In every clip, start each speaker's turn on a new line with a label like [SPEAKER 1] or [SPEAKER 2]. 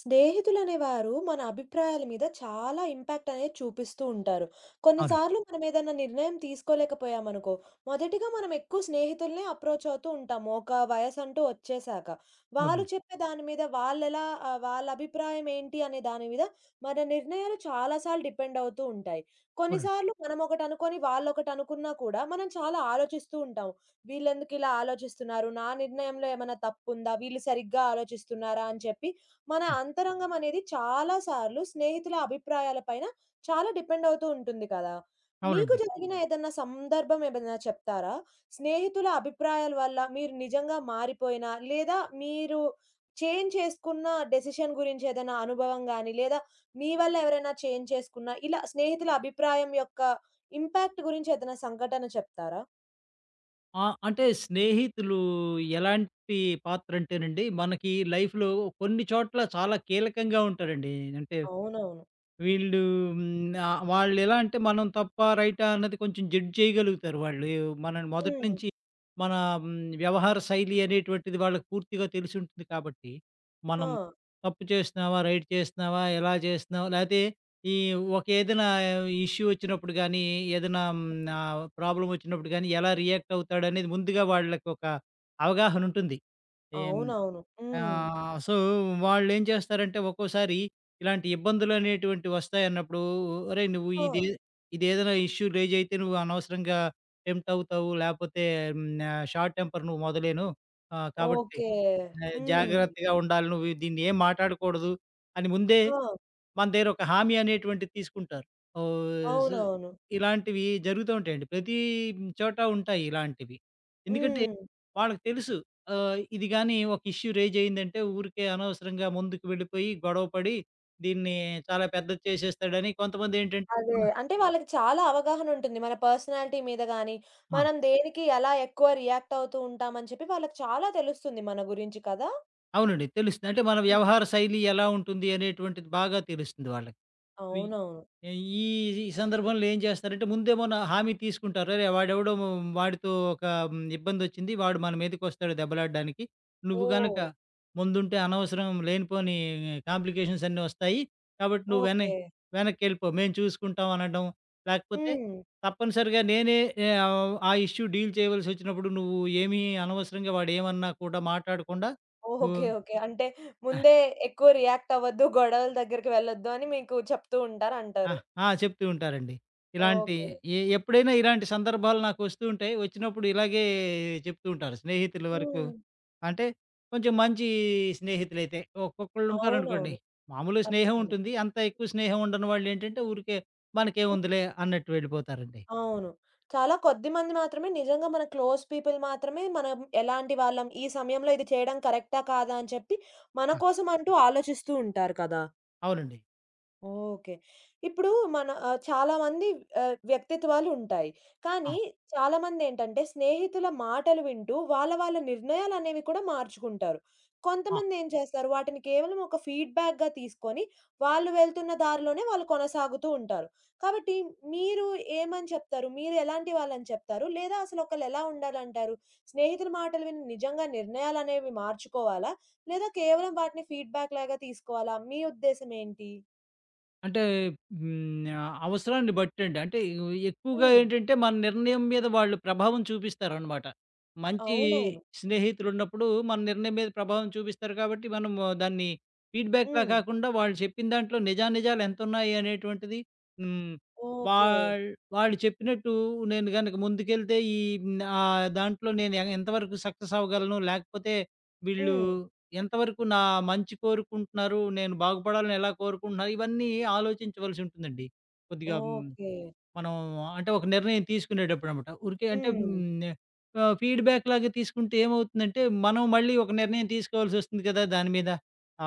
[SPEAKER 1] స్నేహితులనేవారు మన అభిప్రాయాల మీద చాలా ఇంపాక్ట్ అనేది చూపిస్తూ ఉంటారు.
[SPEAKER 2] అవును.
[SPEAKER 1] కొన్నిసార్లు మనం ఏదైనా నిర్ణయం తీసుకోలేకపోయామనుకో, మొదటిగా మనం ఎక్కువ స్నేహితులనే అప్రోచ్ అవుతూ ఉంటాము. ఒక వయసంటూ వచ్చేసాక. వాళ్ళు
[SPEAKER 2] అవునండి.
[SPEAKER 1] చెప్పే దాని మీద వాళ్ళ అభిప్రాయం ఏంటి అనే దాని మీద మన నిర్ణయాలు చాలా సార్లు డిపెండ్ అవుతూ ఉంటాయి.
[SPEAKER 2] అవునండి.
[SPEAKER 1] కొన్నిసార్లు మనం ఒకటనుకొని వాళ్ళొకటనుకున్నా కూడా మనం చాలా ఆలోచిస్తూ ఉంటాం. వీళ్ళెందుకిలా ఆలోచిస్తున్నారు? నా నిర్ణయంలో ఏమైనా తప్పుందా? వీళ్ళు సరిగ్గా ఆలోచిస్తున్నారా? అని చెప్పి మన
[SPEAKER 2] హ్మ్.
[SPEAKER 1] అంతరంగం అనేది చాలా సార్లు స్నేహితుల అభిప్రాయాల పైన చాలా డిపెండ్ అవుతూ ఉంటుంది కదా! మీకు
[SPEAKER 2] అవునండి.
[SPEAKER 1] జరిగిన అవును. ఏదన్నా సందర్భం ఏమైనా చెప్తారా? స్నేహితుల అభిప్రాయాల వల్ల మీరు నిజంగా మారిపోయిన, లేదా మీరు చేంజ్ చేసుకున్న డెసిషన్ గురించి ఏదైనా అనుభవం గాని, లేదా మీ వల్ల ఎవరైనా చేంజ్ చేసుకున్న, ఇలా స్నేహితుల అభిప్రాయం యొక్క ఇంపాక్ట్ గురించి ఏదైనా సంఘటన చెప్తారా?
[SPEAKER 2] ఆ! అంటే స్నేహితులు ఎలాంటి పాత్రంటేనండి, మనకి లైఫ్‌లో కొన్ని చోట్ల చాలా కీలకంగా ఉంటారండి. అంటే
[SPEAKER 1] అవునవును.
[SPEAKER 2] వీళ్ళు వాళ్ళెలా అంటే మనం తప్పా, రైటా అన్నది కొంచెం జడ్జ్ చేయగలుగుతారు వాళ్ళు. మనని మొదటి
[SPEAKER 1] హ్మ్.
[SPEAKER 2] నుంచి మన వ్యవహార శైలి అనేటువంటిది వాళ్ళకి పూర్తిగా తెలిసుంటుంది కాబట్టి, మనం
[SPEAKER 1] ఆ!
[SPEAKER 2] తప్పు చేస్తున్నావా, రైట్ చేస్తున్నావా, ఎలా చేస్తున్నావా, లేతే ఈ ఒక ఏదైనా ఇష్యూ వచ్చినప్పుడు గానీ, ఏదైనా ప్రాబ్లమ్ వచ్చినప్పుడు గానీ, ఎలా రియాక్ట్ అవుతాడనేది ముందుగా వాళ్ళకొక అవగాహనుంటుంది. ఏం
[SPEAKER 1] అవునవును.
[SPEAKER 2] హ్మ్.
[SPEAKER 1] హ్మ్.
[SPEAKER 2] ఆహ్, సో, వాళ్ళేం చేస్తారంటే ఒక్కోసారి ఇలాంటి ఇబ్బందులనేటువంటి వస్తాయన్నప్పుడు, "ఒరేయ్! నువ్వు
[SPEAKER 1] ఆ!
[SPEAKER 2] ఇదే ఇదేదైనా ఇష్యూ రైజ్ అయితే నువ్వు అనవసరంగా టెంప్ట్ అవుతావు. లేపోతే షార్ట్ టెంపర్ నువ్వు మొదలేను. కాబట్టి
[SPEAKER 1] ఓకే. హ్మ్.
[SPEAKER 2] జాగ్రత్తగా ఉండాలి. నువ్వు దీన్ని ఏం మాటాడకూడదు" అని ముందే
[SPEAKER 1] ఆ!
[SPEAKER 2] మన దగ్గర ఒక హామీ అనేటువంటిది తీసుకుంటారు. ఓహ్! జ్
[SPEAKER 1] అవునవును.
[SPEAKER 2] ఇలాంటివి జరుగుతూ ఉంటాయండి. ప్రతి చోట ఉంటాయి ఇలాంటివి. ఎందుకంటే
[SPEAKER 1] హ్మ్.
[SPEAKER 2] వాళ్ళకి తెలుసు. ఇది గాని ఒక ఇష్యూ రైజ్ అయిందంటే ఊరికే అనవసరంగా ముందుకు వెళ్ళిపోయి గొడవ పడి దీన్ని చాలా పెద్దది చేసేస్తాడని కొంతమందేంటంటే
[SPEAKER 1] అదే.
[SPEAKER 2] ఆ!
[SPEAKER 1] అంటే వాళ్ళకి చాలా అవగాహన ఉంటుంది. మన పర్సనాలిటీ మీద గాని,
[SPEAKER 2] ఆ!
[SPEAKER 1] మనం దేనికి ఎలా ఎక్కువ రియాక్ట్ అవుతూ ఉంటాం అని చెప్పి వాళ్ళకి చాలా తెలుస్తుంది మన గురించి కదా!
[SPEAKER 2] అవునండి. తెలుస్తుంది. అంటే మన
[SPEAKER 1] హ్మ్.
[SPEAKER 2] వ్యవహార శైలి ఎలా ఉంటుంది అనేటువంటిది బాగా తెలుస్తుంది వాళ్ళకి. ఈ
[SPEAKER 1] అవునవును.
[SPEAKER 2] ఈ ఈ సందర్భంలో ఏం చేస్తారంటే ముందేమో నా హామీ తీసుకుంటారు. "అరే! వాడితో ఒక ఇబ్బందొచ్చింది. వాడు మన మీదకొస్తాడు దెబ్బలాడడానికి. నువ్వు గనక
[SPEAKER 1] ఓహ్!
[SPEAKER 2] ముందుంటే అనవసరం లేనిపోని కాంప్లికేషన్స్ అన్నీ వస్తాయి. కాబట్టి నువ్వు వెన
[SPEAKER 1] ఓకే.
[SPEAKER 2] వెనక్కెళ్ళిపో. మేము చూసుకుంటాం" అనడం. లేకపోతే
[SPEAKER 1] హ్మ్.
[SPEAKER 2] తప్పనిసరిగా నేనే ఆ ఇష్యూ డీల్ చేయవలసొచ్చినప్పుడు నువ్వు ఏమీ అనవసరంగా వాడేమన్నా కూడా మాట్లాడకుండా నువ్వు
[SPEAKER 1] ఓకే. ఓకే. అంటే ముందే ఎక్కువ రియాక్ట్ అవ్వద్దు, గొడవల దగ్గరికి వెళ్ళొద్దు అని మీకు చెప్తూ
[SPEAKER 2] ఆ!
[SPEAKER 1] ఉంటారంటారు.
[SPEAKER 2] ఆ! చెప్తూ ఉంటారండి. ఇలాంటి
[SPEAKER 1] ఓకే.
[SPEAKER 2] ఎ ఎప్పుడైనా ఇలాంటి సందర్భాలు నాకొస్తూ ఉంటాయి. వచ్చినప్పుడు ఇలాగే చెప్తూ ఉంటారు. స్నేహితుల వరకు
[SPEAKER 1] హ్మ్.
[SPEAKER 2] అంటే కొంచెం మంచి స్నేహితులైతే. ఒక్కొక్కళ్ళుంటారనుకోండి,
[SPEAKER 1] అవునవును.
[SPEAKER 2] మామూలు స్నేహం
[SPEAKER 1] తప్పకుండా.
[SPEAKER 2] ఉంటుంది. అంత ఎక్కువ స్నేహం ఉండని వాళ్ళేంటంటే ఊరికే మనకేముందిలే అన్నట్టు వెళ్ళిపోతారండి.
[SPEAKER 1] అవును. చాలా కొద్ది మంది మాత్రమే నిజంగా మన క్లోజ్ పీపుల్ మాత్రమే మనం ఎలాంటి వాళ్ళం, ఈ సమయంలో ఇది చేయడం కరెక్టా కాదా అని చెప్పి మన
[SPEAKER 2] ఆ!
[SPEAKER 1] కోసం అంటూ ఆలోచిస్తూ ఉంటారు కదా!
[SPEAKER 2] అవునండి.
[SPEAKER 1] ఓకే. ఇప్పుడు మన చాలామంది వ్యక్తిత్వాలు ఉంటాయి.
[SPEAKER 2] ఆ!
[SPEAKER 1] కానీ చాలామందేంటంటే స్నేహితుల మాటలు వింటూ వాళ్ళ వాళ్ళ నిర్ణయాలనేవి కూడా మార్చుకుంటారు.
[SPEAKER 2] ఆ!
[SPEAKER 1] కొంతమందేం చేస్తారు వాటిని కేవలం ఒక ఫీడ్‌బ్యాక్‌గా తీసుకొని వాళ్ళు వెళ్తున్న దారిలోనే వాళ్ళు కొనసాగుతూ ఉంటారు. కాబట్టి మీరు ఏమని చెప్తారు? మీరు ఎలాంటి వాళ్ళని చెప్తారు? లేదా అసలు ఒకళ్ళు ఎలా ఉండాలంటారు? స్నేహితుల మాటలు విని నిజంగా నిర్ణయాలనేవి మార్చుకోవాలా? లేదా కేవలం వాటిని ఫీడ్‌బ్యాక్ లాగా తీసుకోవాలా? మీ ఉద్దేశ్యం ఏంటి?
[SPEAKER 2] అంటే అవసరాన్ని బట్టండి. అంటే ఎక్కువగా
[SPEAKER 1] హ్మ్.
[SPEAKER 2] ఏంటంటే మన నిర్ణయం మీద వాళ్ళు ప్రభావం చూపిస్తారనమాట. మంచి
[SPEAKER 1] అవునవును.
[SPEAKER 2] స్నేహితులున్నప్పుడు మన నిర్ణయం మీద ప్రభావం చూపిస్తారు కాబట్టి మనము దాన్ని ఫీడ్‌బ్యాక్‌లా
[SPEAKER 1] హ్మ్.
[SPEAKER 2] కాకుండా వాళ్ళు చెప్పిన దాంట్లో నిజానిజాలు ఎంతున్నాయి అనేటువంటిది హ్మ్.
[SPEAKER 1] ఓకే.
[SPEAKER 2] వాళ్ వాళ్ళు చెప్పినట్టు నేను గనక ముందుకెళ్తే దాంట్లో ఎంతవరకు సక్సెస్ అవ్వగలను, లేకపోతే వీళ్ళు
[SPEAKER 1] హ్మ్.
[SPEAKER 2] ఎంతవరకు నా మంచి కోరుకుంటున్నారు? నేను బాగుపడాలని ఎలా కోరుకుంటున్నారు? ఇవన్నీ ఆలోచించవలసి ఉంటుందండి. కొద్దిగా
[SPEAKER 1] ఓకే.
[SPEAKER 2] మనం అంటే ఒక నిర్ణయం తీసుకునేటప్పుడనమాట. ఊరికే అంటే
[SPEAKER 1] హ్మ్.
[SPEAKER 2] ఫీడ్‌బ్యాక్ లాగా తీసుకుంటే ఏమవుతుందంటే, మనం మళ్ళీ ఒక నిర్ణయం తీసుకోవాల్సొస్తుంది కదా! దాని మీద.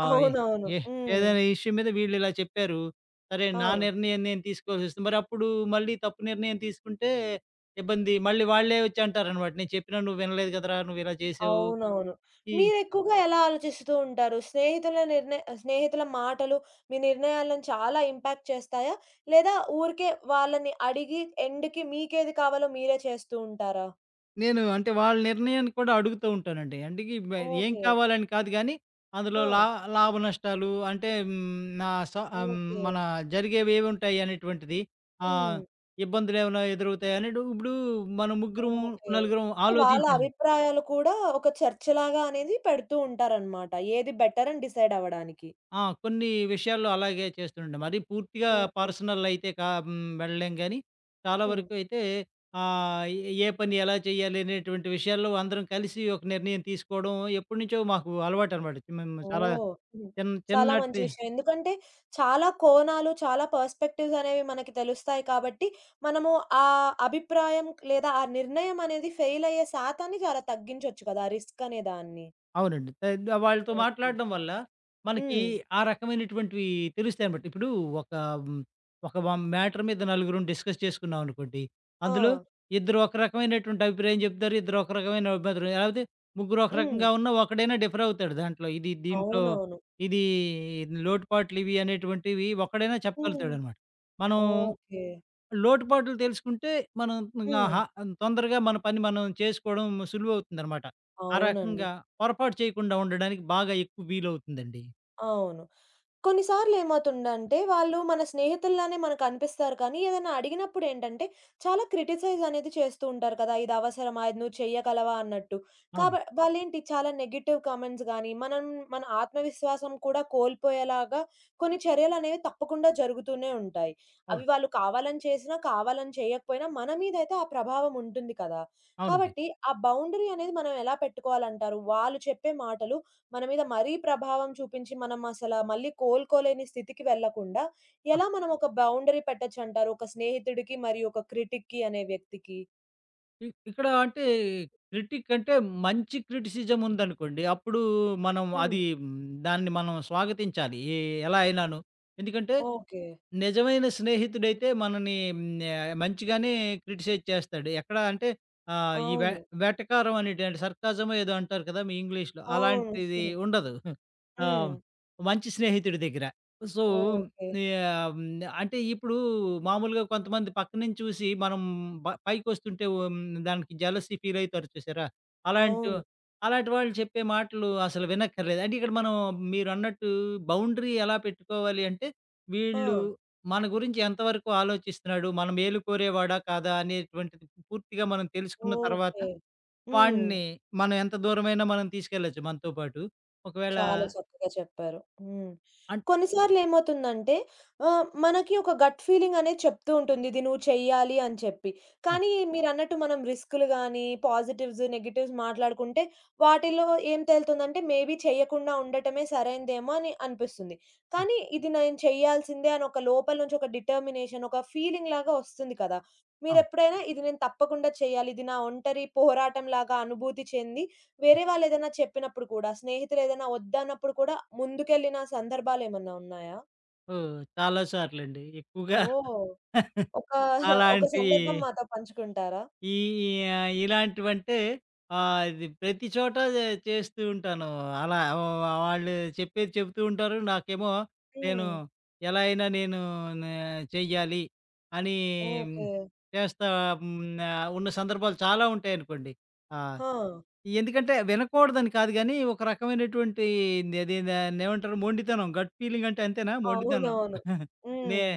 [SPEAKER 2] ఆహ్,
[SPEAKER 1] అవునవును.
[SPEAKER 2] ఏ
[SPEAKER 1] హ్మ్.
[SPEAKER 2] ఏదైనా ఇష్యూ మీద వీళ్ళిలా చెప్పారు. సరే నా
[SPEAKER 1] ఆ!
[SPEAKER 2] నిర్ణయం నేను తీసుకోవాల్సొస్తుంది. మరప్పుడు మళ్ళీ తప్పు నిర్ణయం తీసుకుంటే ఇబ్బంది. మళ్ళీ వాళ్ళే వచ్చి అంటారనమాట. "నేను చెప్పినా నువ్వు వినలేదు కదరా! నువ్విలా చేసావు."
[SPEAKER 1] అవునవును.
[SPEAKER 2] ఈ
[SPEAKER 1] మీరెక్కువగా ఎలా ఆలోచిస్తూ ఉంటారు? స్నేహితుల మాటలు మీ నిర్ణయాలను చాలా ఇంపాక్ట్ చేస్తాయా? లేదా ఊరికే వాళ్ళని అడిగి ఎండ్‌కి మీకేది కావాలో మీరే చేస్తూ ఉంటారా?
[SPEAKER 2] నేను అంటే వాళ్ళ నిర్ణయాన్ని కూడా అడుగుతూ ఉంటానండి. అంటే గి బ ఏం
[SPEAKER 1] ఓకే.
[SPEAKER 2] కావాలని కాదు గానీ, అందులో
[SPEAKER 1] ఆ!
[SPEAKER 2] లా లాభ నష్టాలు అంటే హ్మ్, నా స ఆహ్,
[SPEAKER 1] ఓకే.
[SPEAKER 2] మన జరిగేవేవుంటాయి అనేటువంటిది. ఆహ్,
[SPEAKER 1] హ్మ్.
[SPEAKER 2] ఇబ్బందులేమైనా ఎదురవుతాయనేటివి ఇప్పుడు మనం ముగ్గురం,
[SPEAKER 1] ఓకే.
[SPEAKER 2] నలుగురం
[SPEAKER 1] అంటే వాళ్ళ
[SPEAKER 2] ఆలోచించా
[SPEAKER 1] అభిప్రాయాలు కూడా ఒక చర్చలాగా అనేది పెడుతూ ఉంటారనమాట. ఏది బెటర్ అని డిసైడ్ అవ్వడానికి.
[SPEAKER 2] ఆ! కొన్ని విషయాల్లో అలాగే చేస్తుండే. మరీ పూర్తిగా
[SPEAKER 1] ఓకే.
[SPEAKER 2] పర్సనల్ అయితే వెళ్ళలేం గానీ, చాలా
[SPEAKER 1] హ్మ్.
[SPEAKER 2] వరకు అయితే ఆహ్, ఏ ఏ పని ఎలా చేయాలి అనేటువంటి విషయాల్లో అందరం కలిసి ఒక నిర్ణయం తీసుకోవడం ఎప్పటినుంచో మాకు అలవాటనమాట. మేము చాలా
[SPEAKER 1] ఓహ్! హ్మ్. చాలా మంచి
[SPEAKER 2] చిన్నటి
[SPEAKER 1] విషయం. ఎందుకంటే చాలా కోణాలు, చాలా పర్స్‌పెక్టివ్స్ అనేవి మనకి తెలుస్తాయి కాబట్టి, మనము ఆ అభిప్రాయం లేదా ఆ నిర్ణయం అనేది ఫెయిల్ అయ్యే శాతాన్ని చాలా తగ్గించొచ్చు కదా! ఆ రిస్క్ అనే దాన్ని.
[SPEAKER 2] అవునండి. వాళ్ళతో
[SPEAKER 1] ఓకే.
[SPEAKER 2] మాట్లాడడం వల్ల మనకి
[SPEAKER 1] హ్మ్.
[SPEAKER 2] ఆ రకమైనటువంటివి తెలుస్తాయనమాట. ఇప్పుడు ఒక హ్మ్, ఒక మ్యాటర్ మీద నలుగురం డిస్కస్ చేసుకున్నాం అనుకోండి.
[SPEAKER 1] ఆ!
[SPEAKER 2] అందులో ఇద్దరు ఒక రకమైనటువంటి అభిప్రాయం చెప్తారు. ఇద్దరు ఒక రకమైన అభిప్రాయం, లేకపోతే ముగ్గురు ఒక
[SPEAKER 1] హ్మ్.
[SPEAKER 2] రకంగా ఉన్నా ఒకడైనా డిఫర్ అవుతాడు దాంట్లో. దీంట్లో
[SPEAKER 1] అవునవును.
[SPEAKER 2] ఇది లోటుపాట్లు ఇవి అనేటువంటివి ఒకడైనా
[SPEAKER 1] హ్మ్.
[SPEAKER 2] చెప్పగలుగుతాడనమాట. మనం
[SPEAKER 1] ఓకే.
[SPEAKER 2] లోటుపాట్లు తెలుసుకుంటే మనం ఇంగా
[SPEAKER 1] హ్మ్.
[SPEAKER 2] హ తొందరగా మన పని మనం చేసుకోవడం సులువవుతుందనమాట. ఆ
[SPEAKER 1] అవునండి.
[SPEAKER 2] రకంగా పొరపాటు చేయకుండా ఉండడానికి బాగా ఎక్కువ వీలవుతుందండి.
[SPEAKER 1] అవును. కొన్నిసార్లు ఏమవుతుందంటే, వాళ్ళు మన స్నేహితుల్లానే మనకనిపిస్తారు కానీ, ఏదైనా అడిగినప్పుడేంటంటే, చాలా క్రిటిసైజ్ అనేది చేస్తూ ఉంటారు కదా! ఇదవసరమా? ఇది నువ్వు చెయ్యగలవా? అన్నట్టు. కాబ
[SPEAKER 2] అవును.
[SPEAKER 1] వాళ్ళేంటి చాలా నెగెటివ్ కామెంట్స్ గానీ, మనం మన ఆత్మవిశ్వాసం కూడా కోల్పోయేలాగా కొన్ని చర్యలనేవి తప్పకుండా జరుగుతూనే ఉంటాయి. అవి
[SPEAKER 2] అవును.
[SPEAKER 1] వాళ్ళు కావాలని చేసినా, కావాలని చేయకపోయినా, మన మీదైతే ఆ ప్రభావం ఉంటుంది కదా!
[SPEAKER 2] అవునండి.
[SPEAKER 1] కాబట్టి, ఆ బౌండరీ అనేది మనం ఎలా పెట్టుకోవాలంటారు? వాళ్ళు చెప్పే మాటలు మన మీద మరీ ప్రభావం చూపించి మనం మళ్ళీ కోలుకోలేని స్థితికి వెళ్ళకుండా,
[SPEAKER 2] ఆ!
[SPEAKER 1] ఎలా మనం ఒక బౌండరీ పెట్టొచ్చంటారు? ఒక స్నేహితుడికి మరియు ఒక క్రిటిక్‌కి అనే వ్యక్తికి?
[SPEAKER 2] ఇ ఇక్కడ అంటే క్రిటిక్ అంటే మంచి క్రిటిసిజం ఉందనుకోండి. అప్పుడు మనం
[SPEAKER 1] హ్మ్.
[SPEAKER 2] అది హ్మ్, దాన్ని మనం స్వాగతించాలి. ఎలా అయినాను. ఎందుకంటే
[SPEAKER 1] ఓకే.
[SPEAKER 2] నిజమైన స్నేహితుడైతే మనని మంచిగానే క్రిటిసైజ్ చేస్తాడు. ఎక్కడ అంటే ఆహ్, ఈ వె
[SPEAKER 1] అవును.
[SPEAKER 2] వెటకారం అనేటువంటి సర్కాజమో ఏదో అంటారు కదా! మీ ఇంగ్లీష్‌లో. అలాంటిది
[SPEAKER 1] అవును.
[SPEAKER 2] ఉండదు. ఆ!
[SPEAKER 1] హ్మ్.
[SPEAKER 2] మంచి స్నేహితుడి దగ్గర. So,
[SPEAKER 1] okay.
[SPEAKER 2] యాహ్! హ్మ్, అంటే ఇప్పుడు మామూలుగా కొంతమంది పక్క నుంచి చూసి మనం పైకొస్తుంటే దానికి జెలసీ ఫీల్ అయితారు చూసారా? అలాంటి
[SPEAKER 1] అవును.
[SPEAKER 2] అలాంటి వాళ్ళు చెప్పే మాటలు అసలు వినక్కర్లేదు. అంటే ఇక్కడ మనం మీరన్నట్టు బౌండరీ ఎలా పెట్టుకోవాలి అంటే
[SPEAKER 1] ఆ!
[SPEAKER 2] వీళ్ళు మన గురించి ఎంతవరకు ఆలోచిస్తున్నాడు? మన మేలు కోరేవాడా? కాదా? అనేటువంటిది పూర్తిగా మనం తెలుసుకున్న తర్వాత,
[SPEAKER 1] ఓకే. హ్మ్.
[SPEAKER 2] వాడిని మనం ఎంత దూరమైనా మనం తీసుకెళ్ళొచ్చు మనతో పాటు. ఒకవేళ
[SPEAKER 1] చాలా చక్కగా చెప్పారు. హ్మ్.
[SPEAKER 2] అన్
[SPEAKER 1] కొన్నిసార్లేమవుతుందంటే మనకి ఒక గట్ ఫీలింగ్ అనేది చెప్తూ ఉంటుంది. ఇది నువ్వు చెయ్యాలి అని చెప్పి.
[SPEAKER 2] ఆ!
[SPEAKER 1] కానీ మీరన్నట్టు మనం రిస్క్‌లు గాని, పాజిటివ్స్, నెగెటివ్స్ మాట్లాడుకుంటే వాటిలో ఏం తేలుతుందంటే మేబీ చేయకుండా ఉండటమే సరైనదేమో అని అనిపిస్తుంది.
[SPEAKER 2] హ్మ్.
[SPEAKER 1] కానీ ఇది నేను చేయాల్సిందే అని ఒక లోపల నుంచి ఒక డిటర్మినేషన్, ఒక ఫీలింగ్ లాగా వస్తుంది కదా!
[SPEAKER 2] ఆ!
[SPEAKER 1] మీరెప్పుడైనా ఇది నేను తప్పకుండా చేయాలి. ఇది నా ఒంటరి పోరాటంలాగా అనుభూతి చెంది వేరే వాళ్ళేదైనా చెప్పినప్పుడు కూడా, స్నేహితులేదైనా వద్దన్నప్పుడు కూడా ముందుకెళ్ళిన సందర్భాలేమన్నా ఉన్నాయా?
[SPEAKER 2] ఓహ్! చాలా సార్లండి. ఎక్కువగా
[SPEAKER 1] ఓహ్! ఒక ఒక
[SPEAKER 2] అలాంటి
[SPEAKER 1] సందర్భం మాతో పంచుకుంటారా?
[SPEAKER 2] ఈ ఈ ఆహ్, ఇలాంటివంటే ఇది ప్రతి చోట చేస్తూ ఉంటాను. అలా వ వాళ్ళు చెప్పేది చెప్తూ ఉంటారు. నాకేమో నేను
[SPEAKER 1] హ్మ్.
[SPEAKER 2] ఎలా అయినా నేను నే చెయ్యాలి అని మ్,
[SPEAKER 1] ఓకే.
[SPEAKER 2] చేస్తా హ్మ్. ఆహ్, ఉన్న సందర్భాలు చాలా ఉంటాయనుకోండి. ఆ!
[SPEAKER 1] ఆ!
[SPEAKER 2] ఎందుకంటే వినకూడదని కాదు గానీ, ఒక రకమైనటువంటి దాన్ని ఏమంటారు మొండితనం. గట్ ఫీలింగ్ అంటే అంతేనా మొండితనం?
[SPEAKER 1] అవునవును.
[SPEAKER 2] నే
[SPEAKER 1] హ్మ్.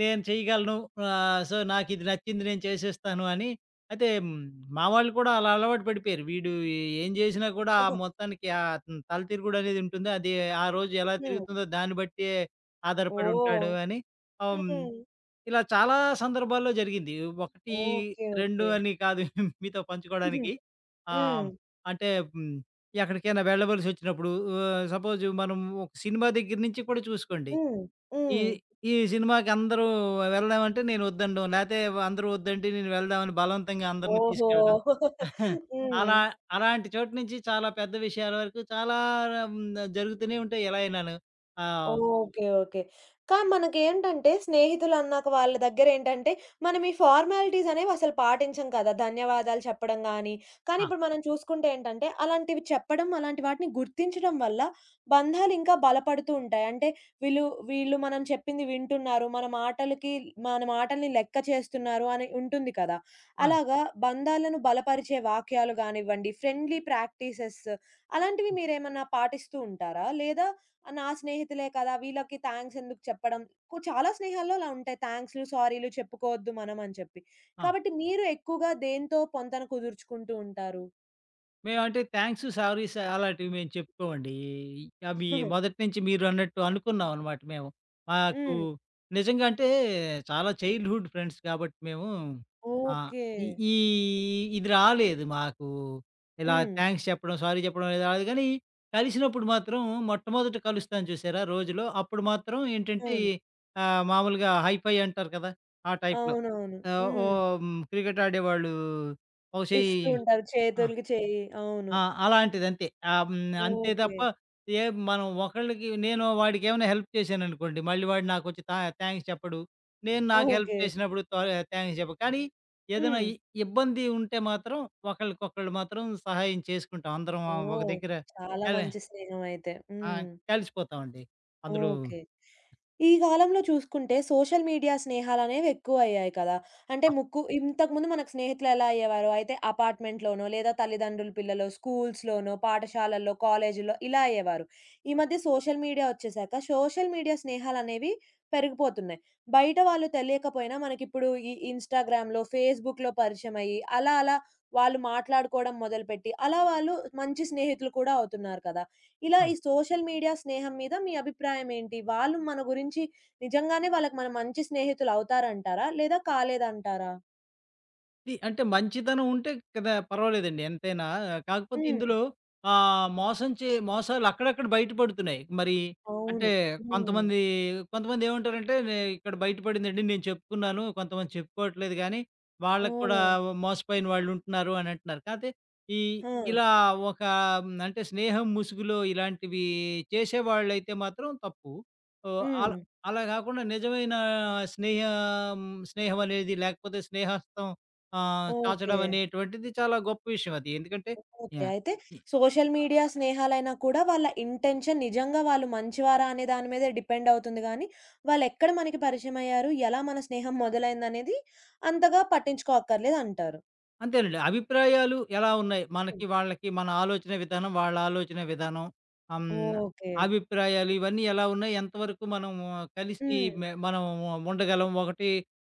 [SPEAKER 2] నేను చేయగలను. నాకిది నచ్చింది నేను చేసేస్తాను అని. అయితే మా వాళ్ళు కూడా అలా అలవాటు పడిపోయారు. వీడు ఏం చేసినా కూడా ఆ మొత్తానికి తల తిరుగుడనేది ఉంటుంది. అది ఆ రోజు ఎలా
[SPEAKER 1] హ్మ్.
[SPEAKER 2] తిరుగుతుందో దాన్ని బట్టే ఆధారపడి
[SPEAKER 1] ఓహ్!
[SPEAKER 2] ఉంటాడు అని. హ్మ్.
[SPEAKER 1] హ్మ్.
[SPEAKER 2] ఇలా చాలా సందర్భాల్లో జరిగింది. 1,
[SPEAKER 1] ఓకే.
[SPEAKER 2] 2
[SPEAKER 1] ఓకే.
[SPEAKER 2] అని కాదు మీతో
[SPEAKER 1] హ్మ్.
[SPEAKER 2] పంచుకోవడానికి. ఆహ్,
[SPEAKER 1] హ్మ్.
[SPEAKER 2] అంటే హ్మ్, ఎక్కడికైనా వెళ్ళవలసొచ్చినప్పుడు సపోజ్ మనం ఒక సినిమా దగ్గర నుంచి కూడా చూసుకోండి. ఈ
[SPEAKER 1] హ్మ్.
[SPEAKER 2] ఈ సినిమాకి అందరూ వెళ్దామంటే నేను వద్దనడం, లేతే అందరూ వద్దంటే నేను వెళ్దామని బలవంతంగా అందరిని
[SPEAKER 1] ఓహో!
[SPEAKER 2] తీసుకెళ్ళడం.
[SPEAKER 1] హ్మ్.
[SPEAKER 2] అలా అలాంటి చోటు నుంచి చాలా పెద్ద విషయాల వరకు చాలా హ్మ్, జరుగుతూనే ఉంటాయి ఎలా అయినాను. ఆహ్,
[SPEAKER 1] ఓకే. ఓకే. కానీ మనకేంటంటే స్నేహితులన్నాక వాళ్ళ దగ్గరేంటంటే, మనం ఈ ఫార్మాలిటీస్ అనేవి అసలు పాటించం కదా! ధన్యవాదాలు చెప్పడం గాని, కానీ
[SPEAKER 2] ఆ!
[SPEAKER 1] ఇప్పుడు మనం చూసుకుంటే ఏంటంటే, అలాంటివి చెప్పడం, అలాంటి వాటిని గుర్తించడం వల్ల బంధాలు ఇంకా బలపడుతూ ఉంటాయి. అంటే వీళ్ళు, వీళ్ళు మనం చెప్పింది వింటున్నారు, మన మాటల్ని లెక్క చేస్తున్నారు అని ఉంటుంది కదా!
[SPEAKER 2] అవును.
[SPEAKER 1] అలాగా బంధాలను బలపరిచే వాక్యాలు గానివ్వండి, ఫ్రెండ్లీ ప్రాక్టీసెస్ అలాంటివి
[SPEAKER 2] హ్మ్.
[SPEAKER 1] మీరేమన్నా పాటిస్తూ ఉంటారా? లేదా నా స్నేహితులే కదా! వీళ్ళకి థాంక్స్ ఎందుకు చెప్పడం? చాలా స్నేహాల్లో అలా ఉంటాయి. థాంక్స్‌లు, సారీలు చెప్పుకోవద్దు మనం అని చెప్పి.
[SPEAKER 2] ఆ!
[SPEAKER 1] కాబట్టి మీరు ఎక్కువగా దేనితో పొంతన కుదుర్చుకుంటూ ఉంటారు?
[SPEAKER 2] మేమంటే థాంక్స్, సారీస్ అలాంటివి మేము చెప్పుకోమండి. అవి మొదటి నుంచి మీరన్నట్టు అనుకున్నాం అనమాట మేము. మాకు
[SPEAKER 1] హ్మ్.
[SPEAKER 2] నిజంగా అంటే చాలా చైల్డ్‌హుడ్ ఫ్రెండ్స్ కాబట్టి మేము ఆ!
[SPEAKER 1] ఓకే.
[SPEAKER 2] ఈ ఈ ఇది రాలేదు మాకు. ఇలా
[SPEAKER 1] హ్మ్.
[SPEAKER 2] థాంక్స్ చెప్పడం, సారీ చెప్పడం అనేది రాలేదు గానీ, కలిసినప్పుడు మాత్రం మొట్టమొదట కలుస్తాం చూసారా రోజులో, అప్పుడు మాత్రం ఏంటంటే
[SPEAKER 1] అవును.
[SPEAKER 2] మామూలుగా హైఫై అంటారు కదా! ఆ టైప్‌లో.
[SPEAKER 1] అవునవును.
[SPEAKER 2] ఆహ్, ఓ
[SPEAKER 1] హ్మ్.
[SPEAKER 2] క్రికెట్ ఆడేవాళ్ళు ఒక చెయ్యి
[SPEAKER 1] ఇస్తూ ఉంటారు.
[SPEAKER 2] ఆ!
[SPEAKER 1] చేతులకి చేయి. అవును.
[SPEAKER 2] ఆ! అలాంటిదంతే. ఆహ్, హ్మ్. అంతే
[SPEAKER 1] ఓకే.
[SPEAKER 2] తప్ప ఏ మనం ఒకళ్ళకి నేను వాడికేమైనా హెల్ప్ చేశాననుకోండి, మళ్ళీ వాడు నాకొచ్చి థాంక్స్ చెప్పడు. నేను హ్మ్. నాకు హెల్ప్
[SPEAKER 1] ఓకే.
[SPEAKER 2] చేసినప్పుడు థాంక్స్ చెప్పడు. కానీ ఏదైనా
[SPEAKER 1] హ్మ్.
[SPEAKER 2] ఇబ్బంది ఉంటే మాత్రం ఒకళ్ళకొకళ్ళు మాత్రం సహాయం చేసుకుంటాం. అందరం ఒక
[SPEAKER 1] ఓహ్!
[SPEAKER 2] దగ్గర
[SPEAKER 1] చాలా
[SPEAKER 2] అదే
[SPEAKER 1] మంచి స్నేహం అయితే.
[SPEAKER 2] ఆ!
[SPEAKER 1] హ్మ్.
[SPEAKER 2] కలిసిపోతామండి. అందులో
[SPEAKER 1] ఓకే. ఈ కాలంలో చూసుకుంటే సోషల్ మీడియా స్నేహాలనేవి ఎక్కువయ్యాయి కదా! అంటే ముక్కు ఇంతకుముందు మనకు స్నేహితులెలా అయ్యేవారు? అయితే అపార్ట్‌మెంట్‌లోనో, లేదా తల్లిదండ్రులు పిల్లలు, స్కూల్స్‌లోనో, పాఠశాలల్లో, కాలేజీల్లో ఇలా అయ్యేవారు. ఈ మధ్య సోషల్ మీడియా వచ్చేసాక సోషల్ మీడియా స్నేహాలనేవి పెరిగిపోతున్నాయి. బయట వాళ్ళు తెలియకపోయినా మనకిప్పుడు ఈ ఇన్‌స్టాగ్రామ్‌లో, ఫేస్‌బుక్‌లో పరిచయమయ్యి, అలా అలా వాళ్ళు మాట్లాడుకోవడం మొదలుపెట్టి, అలా వాళ్ళు మంచి స్నేహితులు కూడా అవుతున్నారు కదా! ఇలా
[SPEAKER 2] ఆ!
[SPEAKER 1] ఈ సోషల్ మీడియా స్నేహం మీద మీ అభిప్రాయం ఏంటి? వాళ్ళు మన గురించి నిజంగానే వాళ్ళకి మనం మంచి స్నేహితులు అవుతారంటారా? లేదా కాలేదంటారా?
[SPEAKER 2] ది అంటే మంచితనం ఉంటే కదా పర్వాలేదండి ఎంతైనా. కాకపోతే
[SPEAKER 1] హ్మ్.
[SPEAKER 2] ఇందులో ఆహ్, మోసం చే మోసాలు అక్కడక్కడ బయటపడుతున్నాయి. మరి అంటే
[SPEAKER 1] అవును. హ్మ్.
[SPEAKER 2] కొంతమంది, కొంతమందేమంటారంటే ఇక్కడ బయటపడిందండి నేను చెప్పుకున్నాను. కొంతమంది చెప్పుకోవట్లేదు గానీ, వాళ్ళకి కూడా
[SPEAKER 1] ఓహ్!
[SPEAKER 2] మోసపోయిన వాళ్ళుంటున్నారు అని అంటున్నారు. కాతే ఈ
[SPEAKER 1] ఆ!
[SPEAKER 2] ఇలా ఒక హ్మ్, అంటే స్నేహం ముసుగులో ఇలాంటివి చేసేవాళ్ళైతే మాత్రం తప్పు. ఓహ్!
[SPEAKER 1] హ్మ్.
[SPEAKER 2] అలా అలా గాకుండా నిజమైన స్నేహం స్నేహం అనేది లేకపోతే స్నేహస్తం ఆ!
[SPEAKER 1] ఓకే.
[SPEAKER 2] చాచడం అనేటువంటిది చాలా గొప్ప విషయం అది. ఎందుకంటే
[SPEAKER 1] ఓకే.
[SPEAKER 2] యాహ్!
[SPEAKER 1] అయితే
[SPEAKER 2] ఇ
[SPEAKER 1] సోషల్ మీడియా స్నేహాలైనా కూడా వాళ్ళ ఇంటెన్షన్ నిజంగా వాళ్ళు మంచివారా అనే దాని మీద డిపెండ్ అవుతుంది గానీ, వాళ్ళెక్కడ మనకి పరిచయమయ్యారు, ఎలా మన స్నేహం మొదలైందనేది అంతగా పట్టించుకోక్కర్లేదంటారు.
[SPEAKER 2] అంతేనండి. అభిప్రాయాలు ఎలా ఉన్నాయి?
[SPEAKER 1] హ్మ్.
[SPEAKER 2] మనకి, వాళ్ళకి మన ఆలోచన విధానం, వాళ్ళ ఆలోచన విధానం, ఆహ్, హ్మ్,
[SPEAKER 1] ఓకే.
[SPEAKER 2] అభిప్రాయాలు ఇవన్నీ ఎలా ఉన్నాయి? ఎంతవరకు మనం కలిసి
[SPEAKER 1] హ్మ్.
[SPEAKER 2] మనం ఉండగలం ఒకటి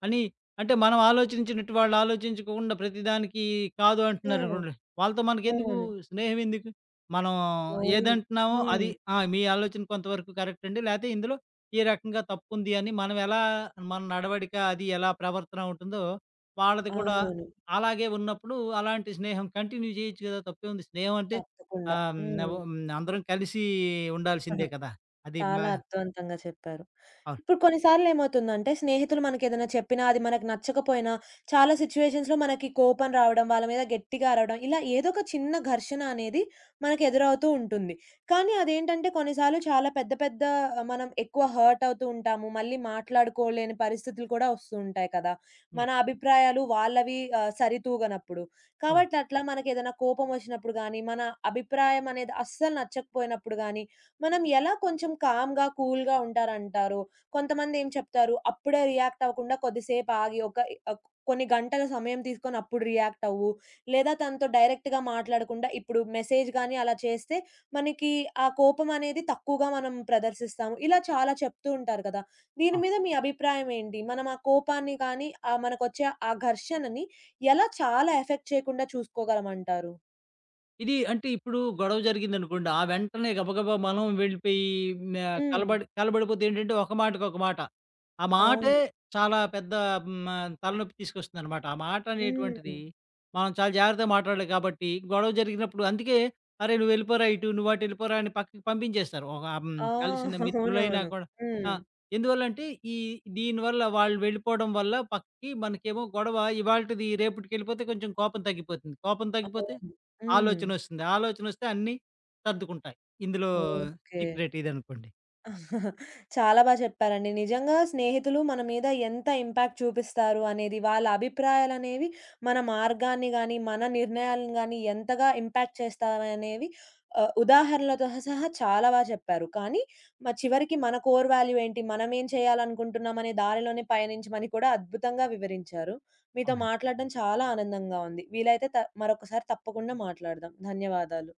[SPEAKER 2] అని, అంటే మనం ఆలోచించినట్టు వాళ్ళు ఆలోచించకుండా ప్రతిదానికి కాదు
[SPEAKER 1] హ్మ్.
[SPEAKER 2] అంటున్నారనుకోండి. వాళ్ళతో మనకెందుకు?
[SPEAKER 1] అవును.
[SPEAKER 2] స్నేహం ఎందుకు? మనం
[SPEAKER 1] అవును.
[SPEAKER 2] ఏదంటున్నామో
[SPEAKER 1] హ్మ్.
[SPEAKER 2] అది
[SPEAKER 1] హ్మ్.
[SPEAKER 2] ఆ! మీ ఆలోచన కొంతవరకు కరెక్ట్ అండి. లేతే ఇందులో ఈ రకంగా తప్పుంది అని మనం ఎలా మన నడవడిక అది ఎలా ప్రవర్తన ఉంటుందో వాళ్ళది కూడా
[SPEAKER 1] అవును.
[SPEAKER 2] అలాగే ఉన్నప్పుడు అలాంటి స్నేహం కంటిన్యూ చేయొచ్చు కదా! తప్పేముంది. స్నేహం అంటే
[SPEAKER 1] తప్పకుండా.
[SPEAKER 2] ఆహ్,
[SPEAKER 1] హ్మ్.
[SPEAKER 2] అందరం కలిసి ఉండాల్సిందే కదా! అది మా
[SPEAKER 1] చాలా అర్థవంతంగా చెప్పారు.
[SPEAKER 2] అవును.
[SPEAKER 1] ఇప్పుడు కొన్నిసార్లు ఏమవుతుందంటే, స్నేహితులు మనకేదైనా చెప్పినా, అది మనకు నచ్చకపోయినా, చాలా సిట్యుయేషన్స్‌లో మనకి కోపం రావడం, వాళ్ళ మీద గట్టిగా అరవడం, ఇలా ఏదో ఒక చిన్న ఘర్షణ అనేది మనకు ఎదురవుతూ ఉంటుంది. కానీ అదేంటంటే, కొన్నిసార్లు చాలా పెద్ద పెద్ద మనం ఎక్కువ హర్ట్ అవుతూ ఉంటాము. మళ్ళీ మాట్లాడుకోలేని పరిస్థితులు కూడా వస్తూ ఉంటాయి కదా!
[SPEAKER 2] అవును.
[SPEAKER 1] మన అభిప్రాయాలు వాళ్ళవి సరితూగనప్పుడు.
[SPEAKER 2] అవును.
[SPEAKER 1] కాబట్టి అట్లా మనకేదైనా కోపం వచ్చినప్పుడు గానీ, మన అభిప్రాయం అనేది అస్సలు నచ్చకపోయినప్పుడు గానీ, మనం ఎలా కొంచెం కామ్‌గా, కూల్‌గా ఉంటారంటారు? కొంతమందేం చెప్తారు, అప్పుడే రియాక్ట్ అవ్వకుండా కొద్దిసేపు ఆగి ఒక ఆహ్, కొన్ని గంటల సమయం తీసుకొని అప్పుడు రియాక్ట్ అవ్వు. లేదా తనతో డైరెక్ట్‌గా మాట్లాడకుండా ఇప్పుడు మెసేజ్ గాని అలా చేస్తే మనకి ఆ కోపం అనేది తక్కువగా మనం ప్రదర్శిస్తాము. ఇలా చాలా చెప్తూ ఉంటారు కదా! దీని మీద మీ అభిప్రాయం ఏంటి? మనం ఆ కోపాన్ని కానీ మనకొచ్చే ఆ ఘర్షణని ఎలా చాలా ఎఫెక్ట్ చేయకుండా చూసుకోగలమంటారు?
[SPEAKER 2] ఇది అంటే ఇప్పుడు గొడవ జరిగిందనుకోండి. ఆ వెంటనే గబగబా మనం వెళ్ళిపోయి న
[SPEAKER 1] హ్మ్.
[SPEAKER 2] కలబడి కలబడిపోతే ఏంటంటే ఒక మాటకి ఒక మాట. ఆ మాటే
[SPEAKER 1] అవును.
[SPEAKER 2] చాలా పెద్ద తలనొప్పి తీసుకొస్తుందనమాట. ఆ మాట
[SPEAKER 1] హ్మ్.
[SPEAKER 2] అనేటువంటిది మనం చాలా జాగ్రత్తగా మాట్లాడాలి కాబట్టి గొడవ జరిగినప్పుడు అందుకే "అరే! నువ్వు వెళ్ళిపోరా ఇటు, నువ్వు అటు వెళ్ళిపోరా" అని పక్కకి పంపించేస్తారు. ఒక
[SPEAKER 1] ఆ!
[SPEAKER 2] కలిసిన మిత్రులైనా
[SPEAKER 1] అవునవును.
[SPEAKER 2] కూడా ఆ!
[SPEAKER 1] హ్మ్.
[SPEAKER 2] ఎందువల్లంటే ఈ దీనివల్ల వాళ్ళు వెళ్ళిపోవడం వల్ల పక్కకి మనకేమో గొడవ ఇవాల్టిది రేపటికెళ్ళిపోతే కొంచెం కోపం తగ్గిపోతుంది. కోపం తగ్గిపోతే
[SPEAKER 1] అవును. హ్మ్.
[SPEAKER 2] ఆలోచనొస్తుంది. ఆలోచనొస్తే అన్నీ సర్దుకుంటాయి. ఇందులో
[SPEAKER 1] ఓకే.
[SPEAKER 2] సీక్రెట్ ఇదనుకోండి.
[SPEAKER 1] చాలా చెప్పారండి. నిజంగా స్నేహితులు మన మీద ఎంత ఇంపాక్ట్ చూపిస్తారు అనేది, వాళ్ళ అభిప్రాయాలనేవి మన మార్గాన్ని గానీ, మన నిర్ణయాలను గానీ ఎంతగా ఇంపాక్ట్ చేస్తాయనేవి ఉదాహరణలతో సహా చాలా చెప్పారు. కానీ చివరికి మన కోర్ వాల్యూ ఏంటి? మనమేం చేయాలనుకుంటున్నాం అనే దారిలోనే పయనించమని కూడా అద్భుతంగా వివరించారు. మీతో
[SPEAKER 2] అవునండి.
[SPEAKER 1] మాట్లాడడం చాలా ఆనందంగా ఉంది. వీలైతే మరొకసారి తప్పకుండా మాట్లాడదాం. ధన్యవాదాలు.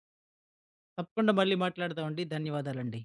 [SPEAKER 2] తప్పకుండా మళ్ళీ మాట్లాడదామండి. ధన్యవాదాలండి.